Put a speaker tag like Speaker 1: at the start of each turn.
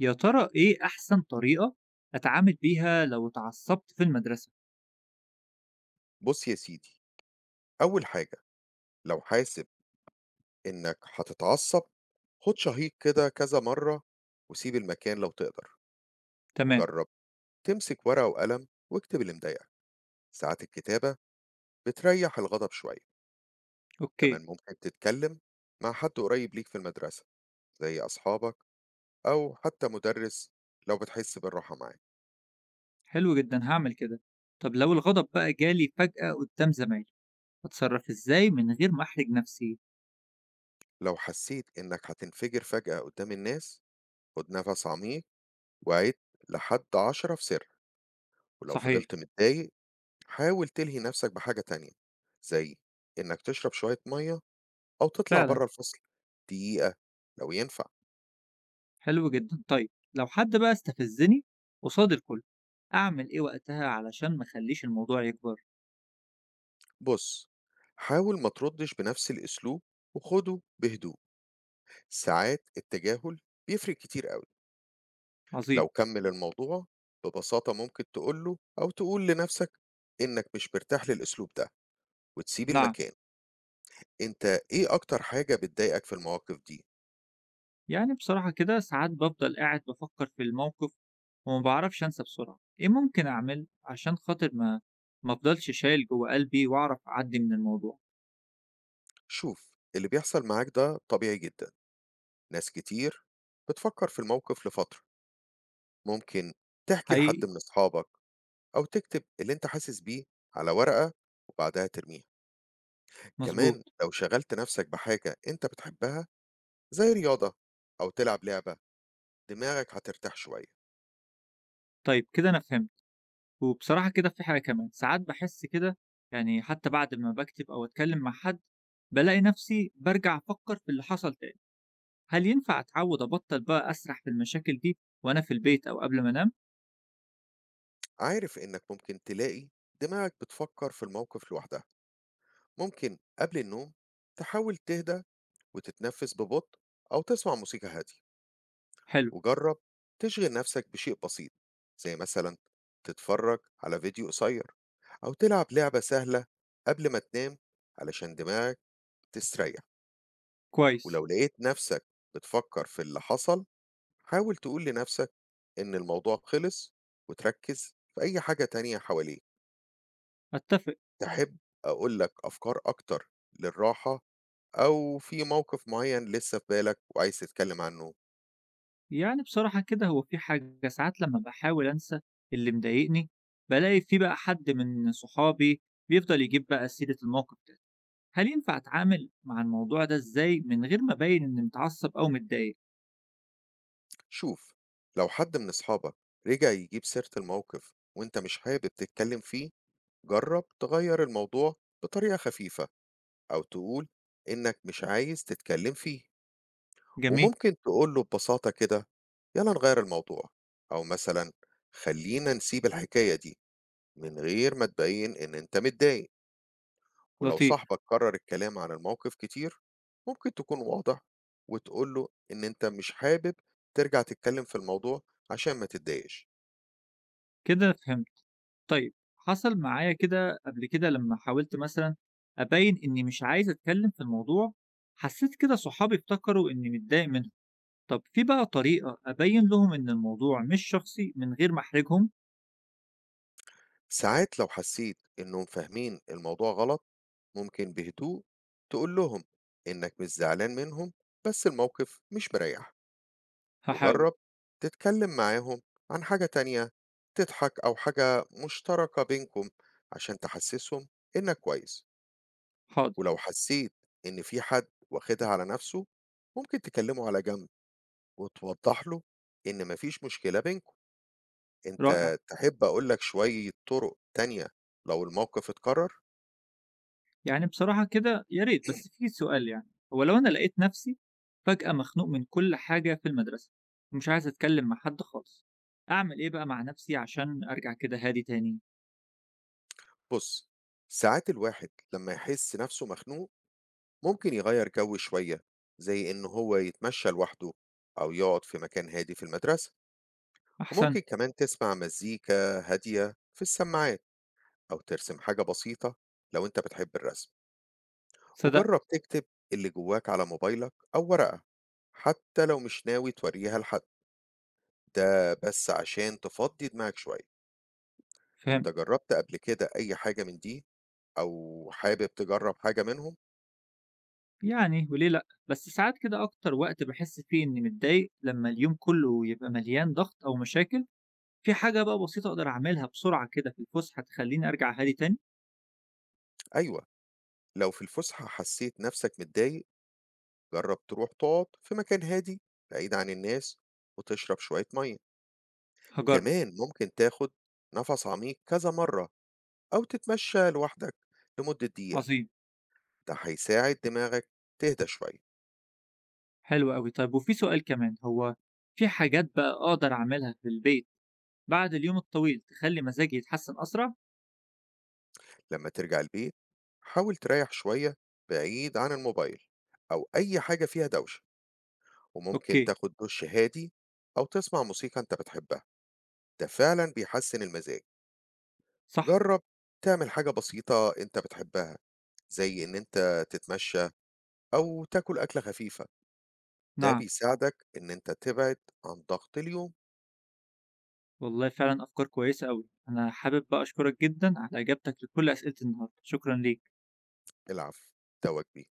Speaker 1: يا ترى إيه أحسن طريقة أتعامل بيها لو اتعصبت في المدرسة؟
Speaker 2: بُص يا سيدي، أول حاجة لو حاسب إنك هتتعصب، خُد شهيق كده كذا مرّة وسيب المكان لو تقدر،
Speaker 1: تمام،
Speaker 2: وجرّب تمسك ورقة وقلم واكتب اللي مضايقك. ساعات الكتابة بتريّح الغضب شوية.
Speaker 1: أوكي،
Speaker 2: كمان ممكن تتكلم مع حد قريب ليك في المدرسة زي أصحابك أو حتى مُدرِّس لو بتحس بالراحة معاه.
Speaker 1: حلو جدًا هاعمل كده. طب لو الغضب بقى جالي فجأة قدام زمايلي، أتصرف إزاي من غير ما أحرج نفسي؟
Speaker 2: لو حسيت إنك هتنفجر فجأة قدّام الناس، خُد نَفَس عميق وعِد لحد 10 في سر، ولو
Speaker 1: صحيح،
Speaker 2: فضلت متضايق حاول تلهي نفسك بحاجة تانية زي إنك تشرب شوية مية أو تطلع
Speaker 1: فعلًا،
Speaker 2: بره الفصل دقيقة لو ينفع.
Speaker 1: حلو جدًا. طيب لو حد بقى استفزني قصاد الكل، أعمل إيه وقتها علشان ما أخليش الموضوع يكبر؟
Speaker 2: بص، حاول ما تردش بنفس الأسلوب وخده بهدوء. ساعات التجاهل بيفرق كتير قوي.
Speaker 1: عظيم،
Speaker 2: لو كمل الموضوع ببساطة ممكن تقوله أو تقول لنفسك إنك مش مرتاح للأسلوب ده وتسيب
Speaker 1: نعم.
Speaker 2: المكان. أنت إيه أكتر حاجة بتضايقك في المواقف دي؟
Speaker 1: يعني بصراحة كده ساعات بافضل قاعد بافكر في الموقف وما باعرفش أنسى بسرعة، إيه ممكن أعمل عشان خاطر ما أفضلش شايل جوه قلبي وأعرف أعدي من الموضوع؟
Speaker 2: شوف، اللي بيحصل معاك ده طبيعي جدا. ناس كتير بتفكر في الموقف لفترة. ممكن تحكي
Speaker 1: حقيقي،
Speaker 2: لحد من أصحابك أو تكتب اللي أنت حاسس بيه على ورقة وبعدها ترميها.
Speaker 1: مظبوط،
Speaker 2: كمان لو شغلت نفسك بحاجة أنت بتحبها زي رياضة أو تلعب لعبة دماغك هترتاح شوية.
Speaker 1: طيب كده أنا فهمت، وبصراحة كده في حاجة كمان، ساعات بحس كده يعني حتى بعد ما باكتب أو أتكلم مع حد بلاقي نفسي برجع أفكر في اللي حصل تاني، هل ينفع أتعود أبطل بقى أسرح في المشاكل دي وأنا في البيت أو قبل ما أنام؟
Speaker 2: عارف إنك ممكن تلاقي دماغك بتفكر في الموقف لوحدها. ممكن قبل النوم تحاول تهدى وتتنفس ببطء أو تسمع موسيقى هادية.
Speaker 1: حلو،
Speaker 2: وجرب تشغل نفسك بشيء بسيط زي مثلا تتفرج على فيديو قصير أو تلعب لعبة سهلة قبل ما تنام علشان دماغك تستريح.
Speaker 1: كويس،
Speaker 2: ولو لقيت نفسك بتفكر في اللي حصل حاول تقول لنفسك إن الموضوع خلص وتركز في أي حاجة تانية حواليك.
Speaker 1: أتفق.
Speaker 2: تحب أقول لك أفكار أكتر للراحة أو في موقف معين لسه في بالك وعايز تتكلم عنه؟
Speaker 1: يعني بصراحة كده هو في حاجة ساعات لمّا باحاول أنسى اللي مضايقني، بالاقي في بقى حد من صحابي بيفضل يجيب بقى سيرة الموقف ده، هل ينفع أتعامل مع الموضوع ده إزاي من غير ما أبيّن إني متعصب أو متضايق؟
Speaker 2: شوف، لو حد من أصحابك رجع يجيب سيرة الموقف وأنت مش حابب تتكلم فيه جرب تغير الموضوع بطريقة خفيفة أو تقول إنك مش عايز تتكلم فيه.
Speaker 1: جميل،
Speaker 2: وممكن تقول له ببساطة كده يلا نغير الموضوع أو مثلا خلينا نسيب الحكاية دي من غير ما تبين إن أنت متضايق. ولو
Speaker 1: لطيف،
Speaker 2: صاحبك كرر الكلام عن الموقف كتير ممكن تكون واضح وتقول له إن أنت مش حابب ترجع تتكلم في الموضوع عشان ما تتضايقش.
Speaker 1: كده فهمت. طيب حصل معايا كده قبل كده لمّا حاولت مثلًا أبيّن إني مش عايز أتكلم في الموضوع، حسيت كده صحابي افتكروا إني متضايق منهم، طب في بقى طريقة أبيّن لهم إن الموضوع مش شخصي من غير ما أحرجهم؟
Speaker 2: ساعات لو حسيت إنهم فاهمين الموضوع غلط، ممكن بهدوء تقول لهم إنك مش زعلان منهم بس الموقف مش مريح.
Speaker 1: هاحاول.
Speaker 2: وجرب تتكلم معاهم عن حاجة تانية تضحك أو حاجة مشتركة بينكم عشان تحسسهم إنك كويس.
Speaker 1: حاضر،
Speaker 2: ولو حسيت إن في حد واخدها على نفسه ممكن تكلمه على جنب وتوضح له إن مفيش مشكلة بينكم.
Speaker 1: رائع.
Speaker 2: أنت تحب أقولك شوية طرق تانية لو الموقف اتكرر؟
Speaker 1: يعني بصراحة كده يا ريت، بس في سؤال يعني، هو لو أنا لقيت نفسي فجأة مخنوق من كل حاجة في المدرسة ومش عايز أتكلم مع حد خالص، أعمل إيه بقى مع نفسي عشان أرجع كده هادي تاني؟
Speaker 2: بُص، ساعات الواحد لمّا يحس نَفْسه مخنوق، ممكن يغيّر جو شوية، زي إن هو يتمشى لوحده أو يقعد في مكان هادي في المدرسة.
Speaker 1: أحسنت،
Speaker 2: وممكن كمان تسمع مزيكا هادية في السماعات أو ترسم حاجة بسيطة لو أنت بتحب الرسم. وجرّب
Speaker 1: صدقت،
Speaker 2: تكتب اللي جواك على موبايلك أو ورقة، حتى لو مش ناوي تورّيها لحد، ده بس عشان تفضّي دماغك شوية. أنت
Speaker 1: فهمت.
Speaker 2: جرّبت قبل كده أي حاجة من دي أو حابب تجرّب حاجة منهم؟
Speaker 1: يعني وليه لأ؟ بس ساعات كده أكتر وقت باحس فيه إني متضايق لما اليوم كله يبقى مليان ضغط أو مشاكل، في حاجة بقى بسيطة أقدر أعملها بسرعة كده في الفسحة تخليني أرجع هادي تاني؟
Speaker 2: أيوه. لو في الفسحة حسيت نفسك متضايق جرب تروح تقعد في مكان هادي بعيد عن الناس وتشرب شوية مية.
Speaker 1: هاجرب،
Speaker 2: كمان ممكن تاخد نفس عميق كذا مرة أو تتمشى لوحدك لمدة دقيقة.
Speaker 1: عظيم.
Speaker 2: ده هيساعد دماغك تهدى شوية.
Speaker 1: حلو أوي. طيب وفي سؤال كمان، هو في حاجات بقى أقدر أعملها في البيت بعد اليوم الطويل تخلّي مزاجي يتحسّن أسرع؟
Speaker 2: لما ترجع البيت حاول تريح شوية بعيد عن الموبايل أو أي حاجة فيها دوشة وممكن
Speaker 1: أوكي،
Speaker 2: تاخد دش هادي أو تسمع موسيقى أنت بتحبها. ده فعلا بيحسن المزاج.
Speaker 1: صح،
Speaker 2: جرب تعمل حاجة بسيطة أنت بتحبها زي إن أنت تتمشى أو تاكل أكلة خفيفة. ده
Speaker 1: نعم،
Speaker 2: بيساعدك إن أنت تبعد عن ضغط اليوم.
Speaker 1: والله فعلًا أفكار كويسة أوي. أنا حابب بقى أشكرك جدًا على إجابتك لكل أسئلة النهارده، شكرًا ليك.
Speaker 2: العفو، ده واجبي.